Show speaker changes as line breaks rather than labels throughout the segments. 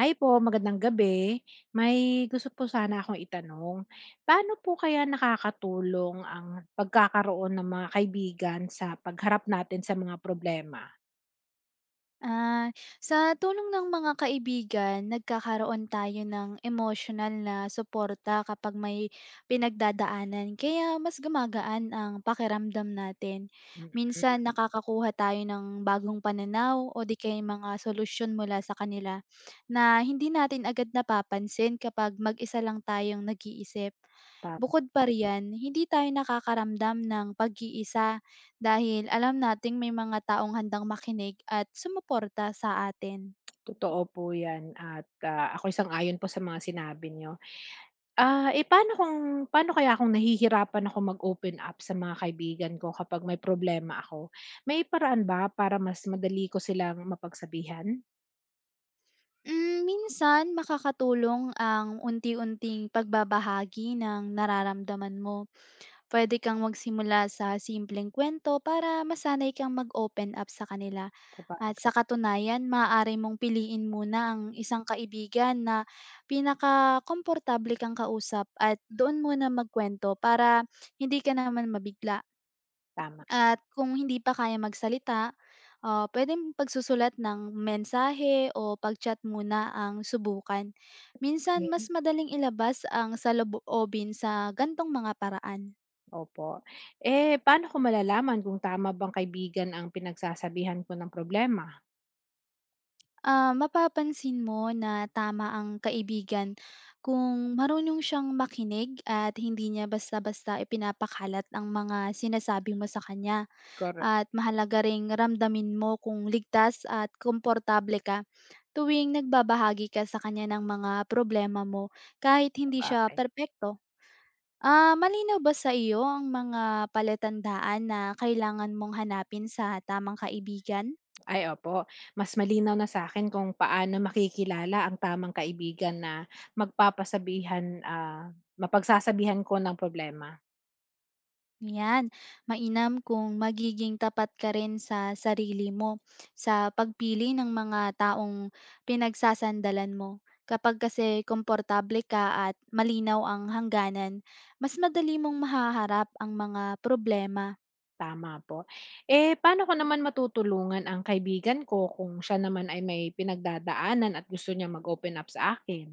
Hi po, magandang gabi. May gusto po sana akong itanong. Paano po kaya nakakatulong ang pagkakaroon ng mga kaibigan sa pagharap natin sa mga problema?
Ah, sa tulong ng mga kaibigan, nagkakaroon tayo ng emosyonal na suporta kapag may pinagdadaanan. Kaya mas gumagaan ang pakiramdam natin.
Mm.
Minsan nakakakuha tayo ng bagong pananaw o di kaya mga solusyon mula sa kanila na hindi natin agad napapansin kapag mag-isa lang tayong nag-iisip.
Tama.
Bukod pa riyan, hindi tayo nakakaramdam ng pag-iisa dahil alam nating may mga taong handang makinig at sumuporta sa atin.
Totoo po 'yan at, ako isang ayon po sa mga sinabi niyo. Ah, eh, paano kung paano kaya kung nahihirapan ako mag-open up sa mga kaibigan ko kapag may problema ako? May paraan ba para mas madali ko silang mapagsabihan?
Minsan makakatulong ang unti-unting pagbabahagi ng nararamdaman mo. Pwede kang magsimula sa simpleng kwento para masanay kang mag-open up sa kanila. At sa
Sabagay,
katunayan, maaari mong piliin muna ang isang kaibigan na pinaka-komportable kang kausap at doon muna magkwento para hindi ka naman mabigla.
tama.
At kung hindi pa kaya magsalita, puwedeng pagsusulat ng mensahe o pag-chat muna ang subukan. Minsan, mas
Okey.
madaling ilabas ang saloobin sa gantong mga paraan.
Opo. Eh, paano ko malalaman kung tama bang kaibigan ang pinagsasabihan ko ng problema?
Ah, mapapansin mo na tama ang kaibigan kung marunong siyang makinig at hindi niya basta-basta ipinapakalat ang mga sinasabi mo sa kanya.
Correct,
At mahalaga ring ramdamin mo kung ligtas at komportable ka tuwing nagbabahagi ka sa kanya ng mga problema mo kahit hindi siya
bagay.
perpekto. Ah, malinaw ba sa iyo ang mga palatandaan na kailangan mong hanapin sa tamang kaibigan?
Ay, opo. Mas malinaw na sa akin kung paano makikilala ang tamang kaibigan na magpapasabihan, ah, mapagsasabihan ko ng problema.
Yan, mainam kung magiging tapat ka rin sa sarili mo sa pagpili ng mga taong pinagsasandalan mo. Kapag kasi komportable ka at malinaw ang hangganan, mas madali mong mahaharap ang mga problema.
Tama po. Eh, paano ko naman matutulungan ang kaibigan ko kung siya naman ay may pinagdadaanan at gusto niya mag-open up sa akin?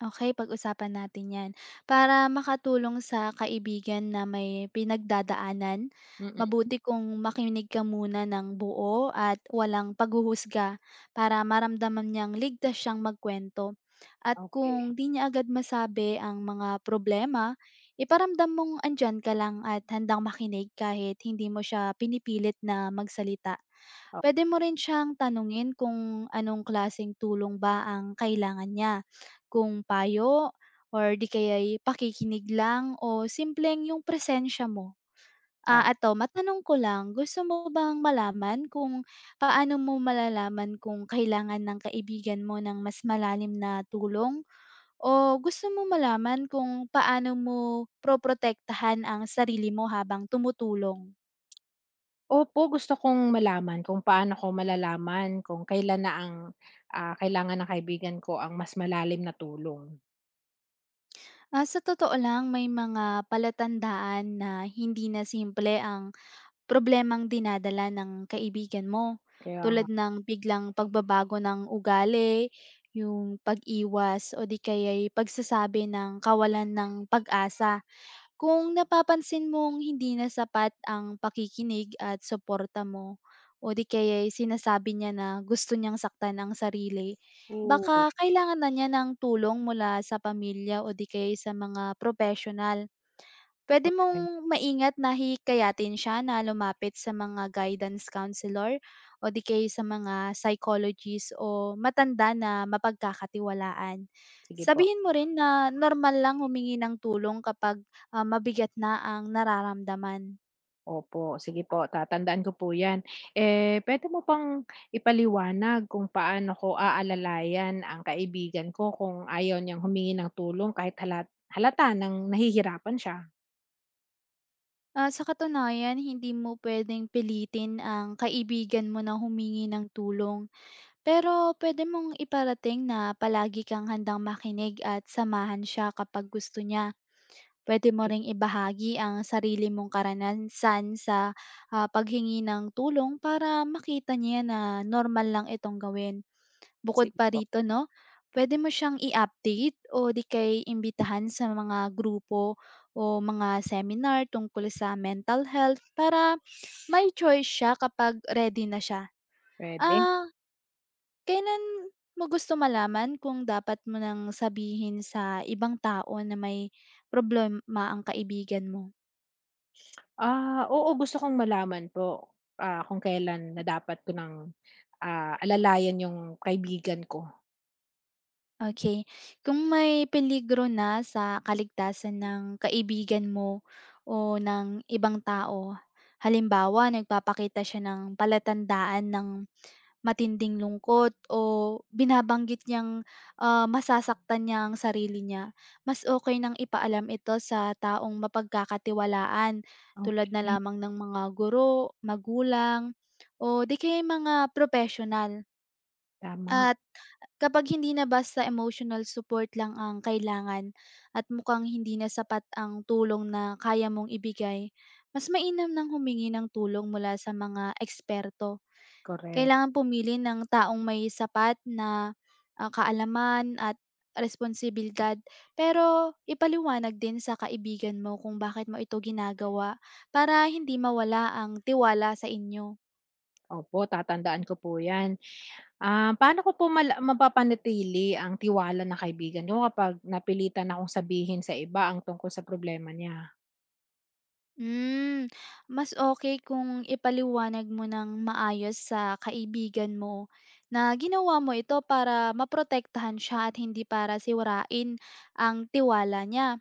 Okay, pag-usapan natin 'yan. Para makatulong sa kaibigan na may pinagdadaanan,
Mm,
mabuti kung makinig ka muna ng buo at walang paghuhusga para maramdaman niyang ligtas siyang magkwento. At
okay.
kung 'di niya agad masabi ang mga problema, iparamdam mong andiyan ka lang at handang makinig kahit hindi mo siya pinipilit na magsalita.
Oh,
Puwede mo rin siyang tanungin kung anong klaseng tulong ba ang kailangan niya, kung payo or 'di kaya'y pakikinig lang o simpleng yung presensya mo? Ah,
tama.
ato matanong ko lang, gusto mo bang malaman kung paano mo malalaman kung kailangan ng kaibigan mo ng mas malalim na tulong o gusto mo malaman kung paano mo proprotektahan ang sarili mo habang tumutulong?
Opo, gusto kong malaman kung paano ko malalaman kung kailangan ng kaibigan ko ang mas malalim na tulong.
Ah, sa totoo lang may mga palatandaan na hindi na simple ang problemang dinadala ng kaibigan mo,
Kaya
tulad
nga.
ng biglang pagbabago ng ugali, yung pag-iwas o di kaya'y pagsasabi ng kawalan ng pag-asa. Kung napapansin mong hindi na sapat ang pakikinig at suporta mo o di kaya'y sinasabi niya na gusto niyang saktan ang sarili,
Oo.
baka kailangan na niya ng tulong mula sa pamilya o di kaya'y sa mga professional. Puwede mong
Ay,
maingat na hikayatin siya na lumapit sa mga guidance counselor o di kaya sa mga psychologist o matanda na mapagkakatiwalaan.
sige po.
Sabihin mo rin na normal lang humingi ng tulong kapag mabigat na ang nararamdaman.
Opo, sige po, tatandaan ko po 'yan. Eh, puwede mo pang ipaliwanag kung paano ko aalalayan ang kaibigan ko kung ayaw niyang humingi ng tulong kahit halata ng nahihirapan siya?
Ah, sa katunayan hindi mo pwedeng pilitin ang kaibigan mo na humingi ng tulong, pero puwede mong iparating na palagi kang handang makinig at samahan siya kapag gusto niya. Puwede mo
Okay.
ring ibahagi ang sarili mong karanasan sa paghingi ng tulong para makita niya na normal lang itong gawin. Bukod
Sige
pa
po.
rito 'no, puwede mo siyang i-update o 'di kay imbitahan sa mga grupo o mga seminar tungkol sa mental health para may choice siya kapag ready na siya.
Pwede.
Ah, kailan mo gusto malaman kung dapat mo nang sabihin sa ibang tao na may problema ang kaibigan mo?
Oo, gusto kong malaman po, kung kailan na dapat ko ng, ah, alalayan yung kaibigan ko.
Okay, kung may peligro na sa kaligtasan ng kaibigan mo o ng ibang tao, halimbawa nagpapakita siya ng palatandaan ng matinding lungkot o binabanggit niyang masasaktan niya ang sarili niya, mas okay nang ipaalam ito sa taong mapagkakatiwalaan tulad na
Okay.
lamang ng mga guro, magulang o di kaya mga propesyonal,
Tama,
at kapag hindi na basta emotional support lang ang kailangan at mukhang hindi na sapat ang tulong na kaya mong ibigay, mas mainam ng humingi ng tulong mula sa mga eksperto.
correct.
Kailangan pumili ng taong may sapat na, ah, kaalaman at responsibilidad. Pero ipaliwanag din sa kaibigan mo kung bakit mo ito ginagawa para hindi mawala ang tiwala sa inyo.
Opo, tatandaan ko po 'yan. Ah, paano ko po mapapanatili ang tiwala ng kaibigan ko kapag napilitan akong sabihin sa iba ang tungkol sa problema niya?
Hmm, Mas okay kung ipaliwanag mo ng maayos sa kaibigan mo na ginawa mo ito para maprotektahan siya at hindi para sirain ang tiwala niya.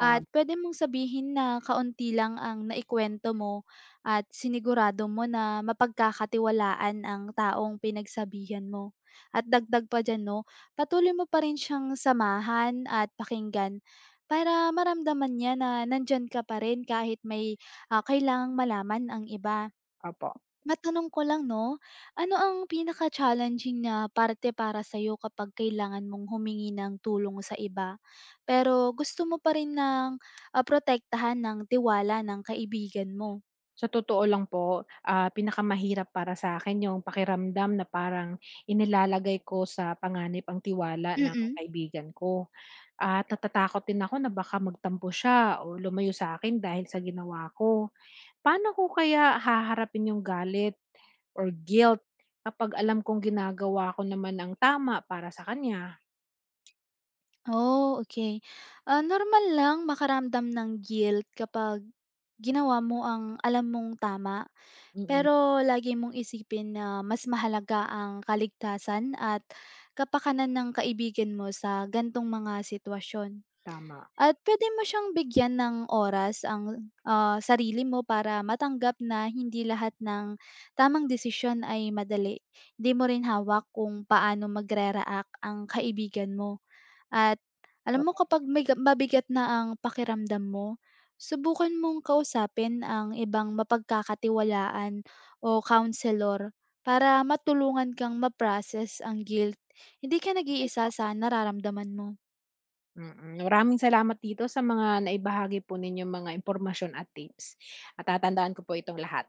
At pwede mong sabihin na kaunti lang ang naikwento mo at sinigurado mo na mapagkakatiwalaan ang taong pinagsabihan mo. At dagdag pa diyan 'no, patuloy mo pa rin siyang samahan at pakinggan para maramdaman niya na nandiyan ka pa rin kahit may kailangang malaman ang iba.
opo.
Matanong ko lang 'no, ano ang pinaka-challenging na parte para sa'yo kapag kailangan mong humingi ng tulong sa iba, pero gusto mo pa rin ng protektahan ng tiwala ng kaibigan mo?
Sa totoo lang po, pinakamahirap para sa akin yung pakiramdam na parang inilalagay ko sa panganib ang tiwala ng
Mm.
kaibigan ko. At natatakot din ako na baka magtampo siya o lumayo sa akin dahil sa ginawa ko. Paano ko kaya haharapin yung galit or guilt kapag alam kong ginagawa ko naman ang tama para sa kanya?
Oh, okay. Ah, normal lang makaramdam ng guilt kapag ginawa mo ang alam mong tama,
Mm,
pero lagi mong isipin na mas mahalaga ang kaligtasan at kapakanan ng kaibigan mo sa gantong mga sitwasyon.
tama.
At pwede mo siyang bigyan ng oras ang sarili mo para matanggap na hindi lahat ng tamang desisyon ay madali. Hindi mo rin hawak kung paano magre-react ang kaibigan mo at alam mo kapag miga mabigat na ang pakiramdam mo, subukan mong kausapin ang ibang mapagkakatiwalaan o counselor para matulungan kang ma-process ang guilt. Hindi ka
Okey
nag-iisa
po.
sa nararamdaman mo.
Mm, maraming salamat dito sa mga naibahagi po ninyong mga impormasyon at tips at tatandaan ko po itong lahat.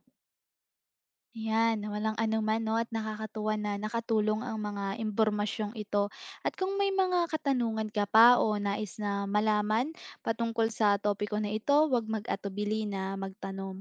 Ayan, walang anuman 'no at nakakatuwa na nakatulong ang mga impormasyong ito. At kung may mga katanungan ka pa o nais na malaman patungkol sa topiko na ito, huwag mag-atubili na magtanong.